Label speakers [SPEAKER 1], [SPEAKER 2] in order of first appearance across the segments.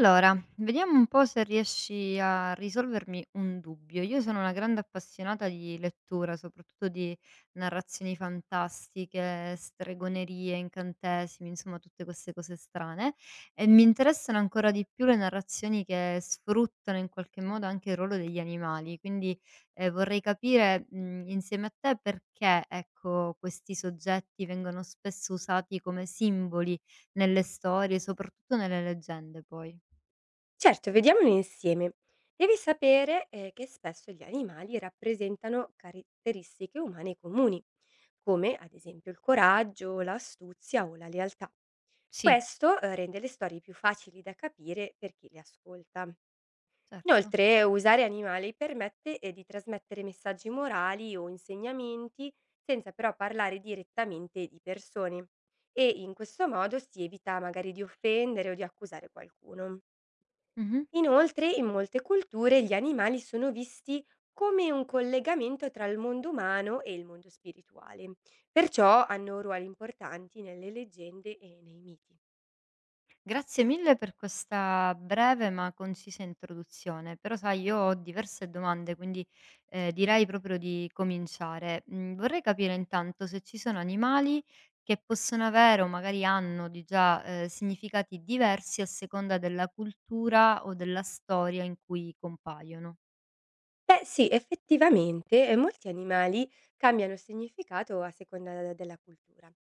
[SPEAKER 1] Allora, vediamo un po' se riesci a risolvermi un dubbio. Io sono una grande appassionata di lettura, soprattutto di narrazioni fantastiche, stregonerie, incantesimi, insomma tutte queste cose strane e mi interessano ancora di più le narrazioni che sfruttano in qualche modo anche il ruolo degli animali, quindi vorrei capire, insieme a te perché ecco, questi soggetti vengono spesso usati come simboli nelle storie, soprattutto nelle leggende poi.
[SPEAKER 2] Certo, vediamolo insieme. Devi sapere, che spesso gli animali rappresentano caratteristiche umane comuni, come ad esempio il coraggio, l'astuzia o la lealtà.
[SPEAKER 1] Sì,
[SPEAKER 2] Questo, rende le storie più facili da capire per chi le ascolta.
[SPEAKER 1] certo.
[SPEAKER 2] Inoltre, usare animali permette, di trasmettere messaggi morali o insegnamenti, senza però parlare direttamente di persone e in questo modo si evita magari di offendere o di accusare qualcuno.
[SPEAKER 1] Mh-mh.
[SPEAKER 2] Inoltre, in molte culture gli animali sono visti come un collegamento tra il mondo umano e il mondo spirituale, perciò hanno ruoli importanti nelle leggende e nei miti.
[SPEAKER 1] Grazie mille per questa breve ma concisa introduzione, però sai io ho diverse domande, quindi, direi proprio di cominciare. Mhmm, Vorrei capire intanto se ci sono animali che possono avere o magari hanno di già, significati diversi a seconda della cultura o della storia in cui compaiono.
[SPEAKER 2] Beh sì, effettivamente, molti animali cambiano significato a seconda de della cultura.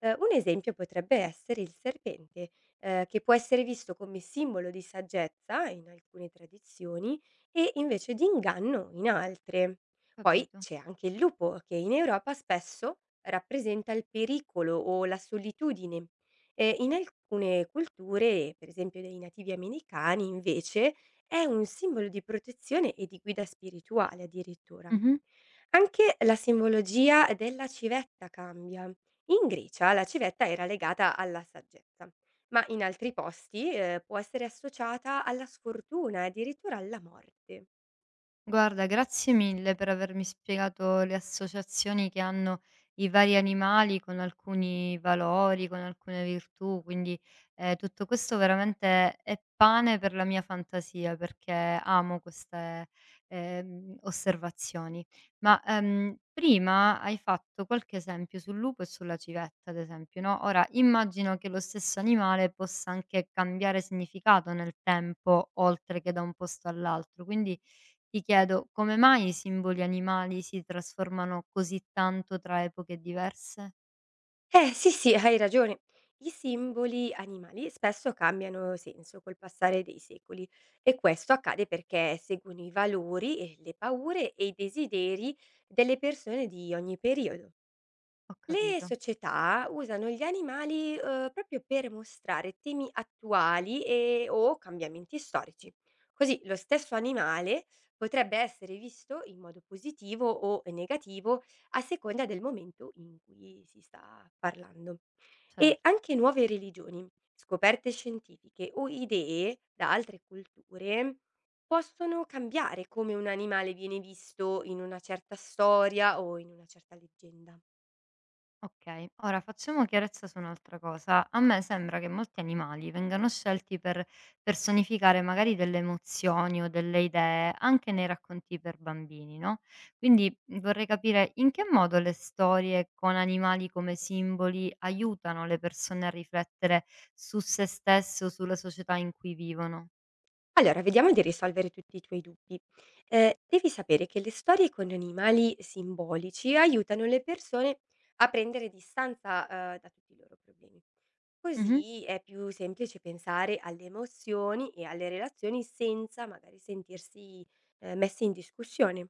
[SPEAKER 2] Un esempio potrebbe essere il serpente, che può essere visto come simbolo di saggezza in alcune tradizioni e invece di inganno in altre. Poi
[SPEAKER 1] Capito.
[SPEAKER 2] c'è anche il lupo, che in Europa spesso rappresenta il pericolo o la solitudine. In alcune culture, per esempio dei nativi americani, invece, è un simbolo di protezione e di guida spirituale addirittura.
[SPEAKER 1] Mh-mh.
[SPEAKER 2] Anche la simbologia della civetta cambia. In Grecia la civetta era legata alla saggezza, ma in altri posti può essere associata alla sfortuna e addirittura alla morte.
[SPEAKER 1] Guarda, grazie mille per avermi spiegato le associazioni che hanno i vari animali con alcuni valori, con alcune virtù, quindi tutto questo veramente è pane per la mia fantasia perché amo queste osservazioni. Ma prima hai fatto qualche esempio sul lupo e sulla civetta, ad esempio, no? Ora immagino che lo stesso animale possa anche cambiare significato nel tempo, oltre che da un posto all'altro, quindi ti chiedo, come mai i simboli animali si trasformano così tanto tra epoche diverse?
[SPEAKER 2] Eh sì sì, hai ragione. I simboli animali spesso cambiano senso col passare dei secoli e questo accade perché seguono i valori, le paure e i desideri delle persone di ogni periodo.
[SPEAKER 1] Ho
[SPEAKER 2] Le
[SPEAKER 1] capito,
[SPEAKER 2] società usano gli animali, proprio per mostrare temi attuali e o cambiamenti storici. Così lo stesso animale potrebbe essere visto in modo positivo o negativo a seconda del momento in cui si sta parlando. E
[SPEAKER 1] certo.
[SPEAKER 2] anche nuove religioni, scoperte scientifiche o idee da altre culture possono cambiare come un animale viene visto in una certa storia o in una certa leggenda.
[SPEAKER 1] Okay, ora facciamo chiarezza su un'altra cosa. A me sembra che molti animali vengano scelti per personificare magari delle emozioni o delle idee, anche nei racconti per bambini, no, quindi vorrei capire in che modo le storie con animali come simboli aiutano le persone a riflettere su se stesse o sulla società in cui vivono.
[SPEAKER 2] Allora, vediamo di risolvere tutti i tuoi dubbi. Devi sapere che le storie con animali simbolici aiutano le persone a prendere distanza, da tutti i loro problemi. Così è più semplice pensare alle emozioni e alle relazioni senza magari sentirsi, messi in discussione.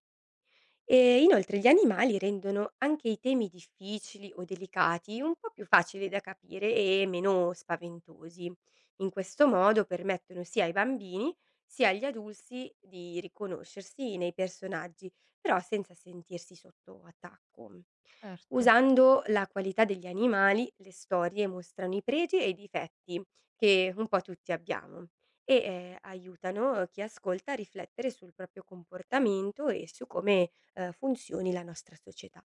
[SPEAKER 2] E inoltre gli animali rendono anche i temi difficili o delicati un po' più facili da capire e meno spaventosi. In questo modo permettono sia ai bambini sia agli adulti di riconoscersi nei personaggi, però senza sentirsi sotto attacco.
[SPEAKER 1] Certo,
[SPEAKER 2] Usando la qualità degli animali, le storie mostrano i pregi e i difetti che un po' tutti abbiamo e aiutano chi ascolta a riflettere sul proprio comportamento e su come funzioni la nostra società.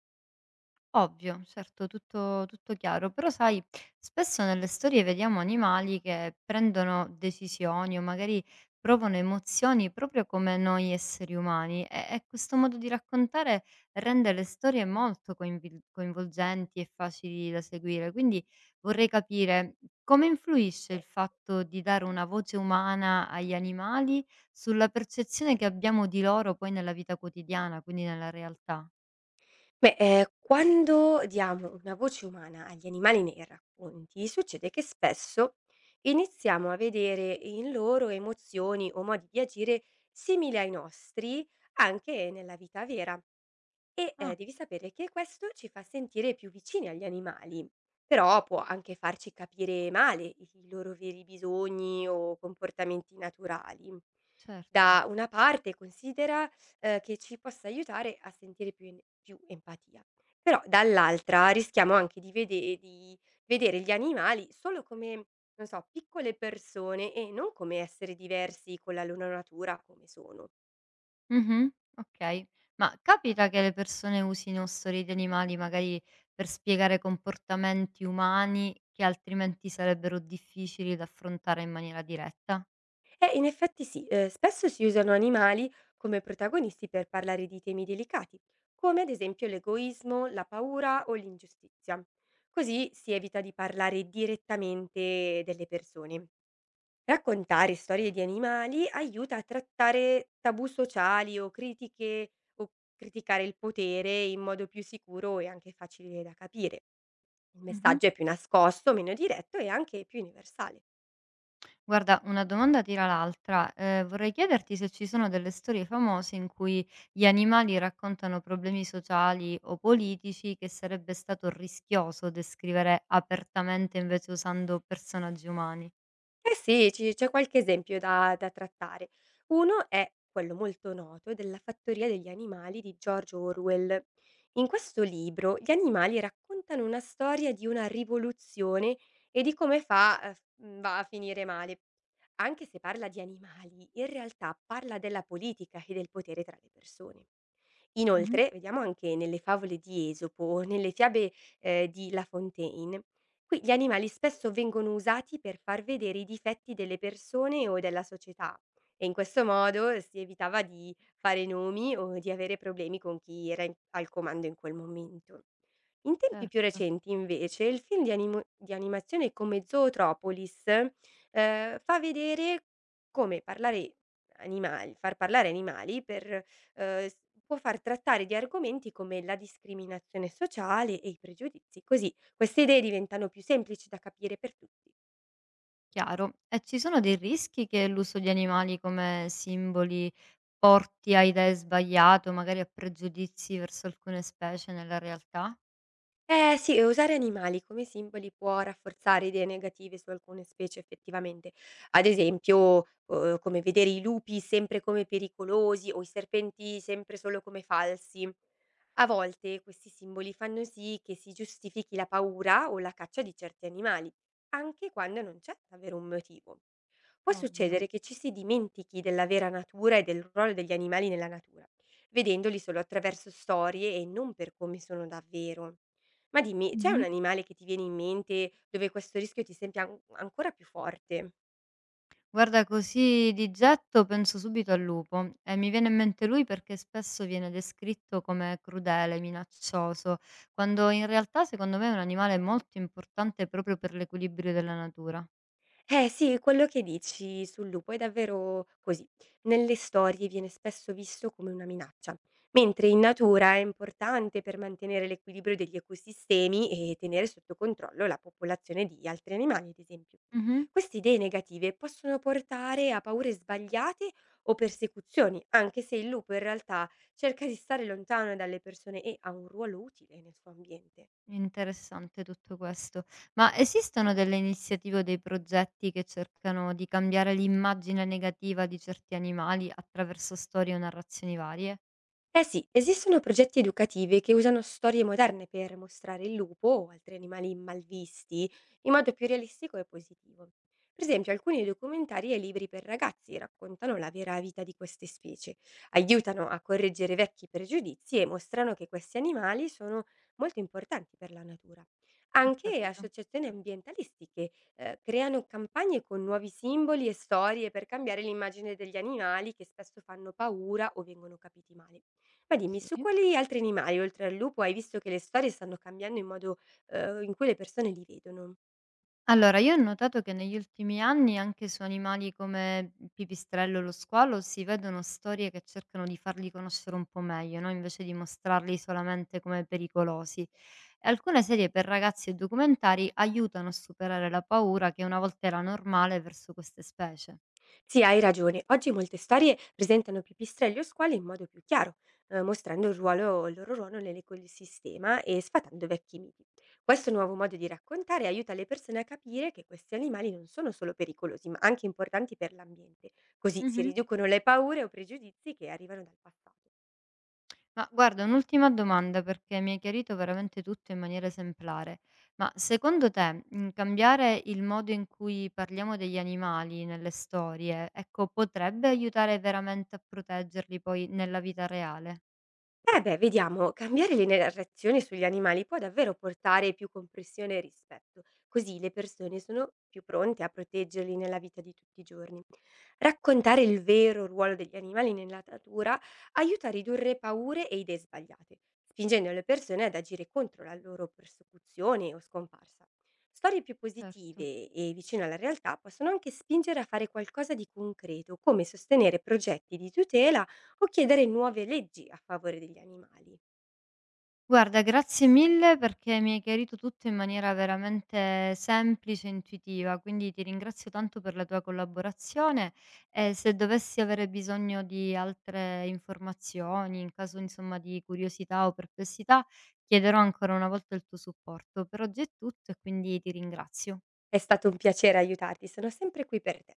[SPEAKER 1] ovvio, certo, tutto, tutto chiaro, però sai, spesso nelle storie vediamo animali che prendono decisioni o magari provano emozioni proprio come noi esseri umani e questo modo di raccontare rende le storie molto coinvolgenti e facili da seguire, quindi vorrei capire come influisce il fatto di dare una voce umana agli animali sulla percezione che abbiamo di loro poi nella vita quotidiana, quindi nella realtà.
[SPEAKER 2] Beh, quando diamo una voce umana agli animali nei racconti, succede che spesso iniziamo a vedere in loro emozioni o modi di agire simili ai nostri anche nella vita vera.
[SPEAKER 1] Ah.
[SPEAKER 2] Devi sapere che questo ci fa sentire più vicini agli animali, però può anche farci capire male i loro veri bisogni o comportamenti naturali.
[SPEAKER 1] Certo.
[SPEAKER 2] Da una parte considera, che ci possa aiutare a sentire più empatia, però dall'altra rischiamo anche di vedere gli animali solo come, non so, piccole persone e non come esseri diversi con la loro natura come sono.
[SPEAKER 1] Mh-mh. Okay. Ma capita che le persone usino storie di animali magari per spiegare comportamenti umani che altrimenti sarebbero difficili da affrontare in maniera diretta?
[SPEAKER 2] In effetti sì, spesso si usano animali come protagonisti per parlare di temi delicati, come ad esempio l'egoismo, la paura o l'ingiustizia. Così si evita di parlare direttamente delle persone. Raccontare storie di animali aiuta a trattare tabù sociali o critiche o criticare il potere in modo più sicuro e anche facile da capire. Il
[SPEAKER 1] Mh-mh.
[SPEAKER 2] messaggio è più nascosto, meno diretto e anche più universale.
[SPEAKER 1] Guarda, una domanda tira l'altra. Vorrei chiederti se ci sono delle storie famose in cui gli animali raccontano problemi sociali o politici che sarebbe stato rischioso descrivere apertamente invece usando personaggi umani.
[SPEAKER 2] Eh sì, ci c'è qualche esempio da trattare. Uno è quello molto noto della Fattoria degli animali di George Orwell. In questo libro gli animali raccontano una storia di una rivoluzione e di come va a finire male. Anche se parla di animali, in realtà parla della politica e del potere tra le persone.
[SPEAKER 1] Mh-mh,
[SPEAKER 2] Inoltre, vediamo anche nelle favole di Esopo o nelle fiabe di La Fontaine. Qui gli animali spesso vengono usati per far vedere i difetti delle persone o della società e in questo modo si evitava di fare nomi o di avere problemi con chi era al comando in quel momento. In tempi più
[SPEAKER 1] certo.
[SPEAKER 2] recenti, invece, il film di, di animazione come Zootropolis fa vedere come far parlare animali per s può far trattare di argomenti come la discriminazione sociale e i pregiudizi. Così queste idee diventano più semplici da capire per tutti.
[SPEAKER 1] Chiaro. E ci sono dei rischi che l'uso di animali come simboli porti a idee sbagliate o magari a pregiudizi verso alcune specie nella realtà?
[SPEAKER 2] Eh sì, e usare animali come simboli può rafforzare idee negative su alcune specie effettivamente. Ad esempio, come vedere i lupi sempre come pericolosi o i serpenti sempre solo come falsi. A volte questi simboli fanno sì che si giustifichi la paura o la caccia di certi animali, anche quando non c'è davvero un motivo. Può
[SPEAKER 1] Ovvio.
[SPEAKER 2] succedere che ci si dimentichi della vera natura e del ruolo degli animali nella natura, vedendoli solo attraverso storie e non per come sono davvero. Ma dimmi, c'è un
[SPEAKER 1] Mh-mh.
[SPEAKER 2] animale che ti viene in mente dove questo rischio ti sembra ancora più forte?
[SPEAKER 1] Guarda, così di getto penso subito al lupo e mi viene in mente lui perché spesso viene descritto come crudele, minaccioso, quando in realtà secondo me è un animale molto importante proprio per l'equilibrio della natura.
[SPEAKER 2] Eh sì, quello che dici sul lupo è davvero così. Nelle storie viene spesso visto come una minaccia, mentre in natura è importante per mantenere l'equilibrio degli ecosistemi e tenere sotto controllo la popolazione di altri animali, ad esempio.
[SPEAKER 1] Mh-mh.
[SPEAKER 2] Queste idee negative possono portare a paure sbagliate o persecuzioni, anche se il lupo in realtà cerca di stare lontano dalle persone e ha un ruolo utile nel suo ambiente.
[SPEAKER 1] Interessante tutto questo. Ma esistono delle iniziative o dei progetti che cercano di cambiare l'immagine negativa di certi animali attraverso storie o narrazioni varie?
[SPEAKER 2] Eh sì, esistono progetti educativi che usano storie moderne per mostrare il lupo o altri animali malvisti in modo più realistico e positivo. Per esempio, alcuni documentari e libri per ragazzi raccontano la vera vita di queste specie, aiutano a correggere vecchi pregiudizi e mostrano che questi animali sono molto importanti per la natura.
[SPEAKER 1] Ho
[SPEAKER 2] Anche
[SPEAKER 1] capito,
[SPEAKER 2] associazioni ambientalistiche creano campagne con nuovi simboli e storie per cambiare l'immagine degli animali che spesso fanno paura o vengono capiti male. Ma dimmi, su
[SPEAKER 1] sì.
[SPEAKER 2] quali altri animali, oltre al lupo, hai visto che le storie stanno cambiando in modo, in cui le persone li vedono?
[SPEAKER 1] Allora, io ho notato che negli ultimi anni anche su animali come il pipistrello e lo squalo si vedono storie che cercano di farli conoscere un po' meglio, no? Invece di mostrarli solamente come pericolosi. E alcune serie per ragazzi e documentari aiutano a superare la paura che una volta era normale verso queste specie.
[SPEAKER 2] Sì, hai ragione, oggi molte storie presentano pipistrelli o squali in modo più chiaro, mostrando il loro ruolo nell'ecosistema e sfatando vecchi miti. Questo nuovo modo di raccontare aiuta le persone a capire che questi animali non sono solo pericolosi, ma anche importanti per l'ambiente, così si
[SPEAKER 1] Mhm.
[SPEAKER 2] riducono le paure o pregiudizi che arrivano dal passato.
[SPEAKER 1] Ma guarda, un'ultima domanda perché mi hai chiarito veramente tutto in maniera esemplare. Ma secondo te, cambiare il modo in cui parliamo degli animali nelle storie, ecco, potrebbe aiutare veramente a proteggerli poi nella vita reale?
[SPEAKER 2] Eh beh, vediamo, cambiare le narrazioni sugli animali può davvero portare più comprensione e rispetto, così le persone sono più pronte a proteggerli nella vita di tutti i giorni. Raccontare il vero ruolo degli animali nella natura aiuta a ridurre paure e idee sbagliate, spingendo le persone ad agire contro la loro persecuzione o scomparsa. Storie più
[SPEAKER 1] Certo.
[SPEAKER 2] positive e vicine alla realtà possono anche spingere a fare qualcosa di concreto, come sostenere progetti di tutela o chiedere nuove leggi a favore degli animali.
[SPEAKER 1] Guarda, grazie mille perché mi hai chiarito tutto in maniera veramente semplice e intuitiva, quindi ti ringrazio tanto per la tua collaborazione e se dovessi avere bisogno di altre informazioni, in caso insomma di curiosità o perplessità, chiederò ancora una volta il tuo supporto. Per oggi è tutto e quindi ti ringrazio.
[SPEAKER 2] È stato un piacere aiutarti, sono sempre qui per te.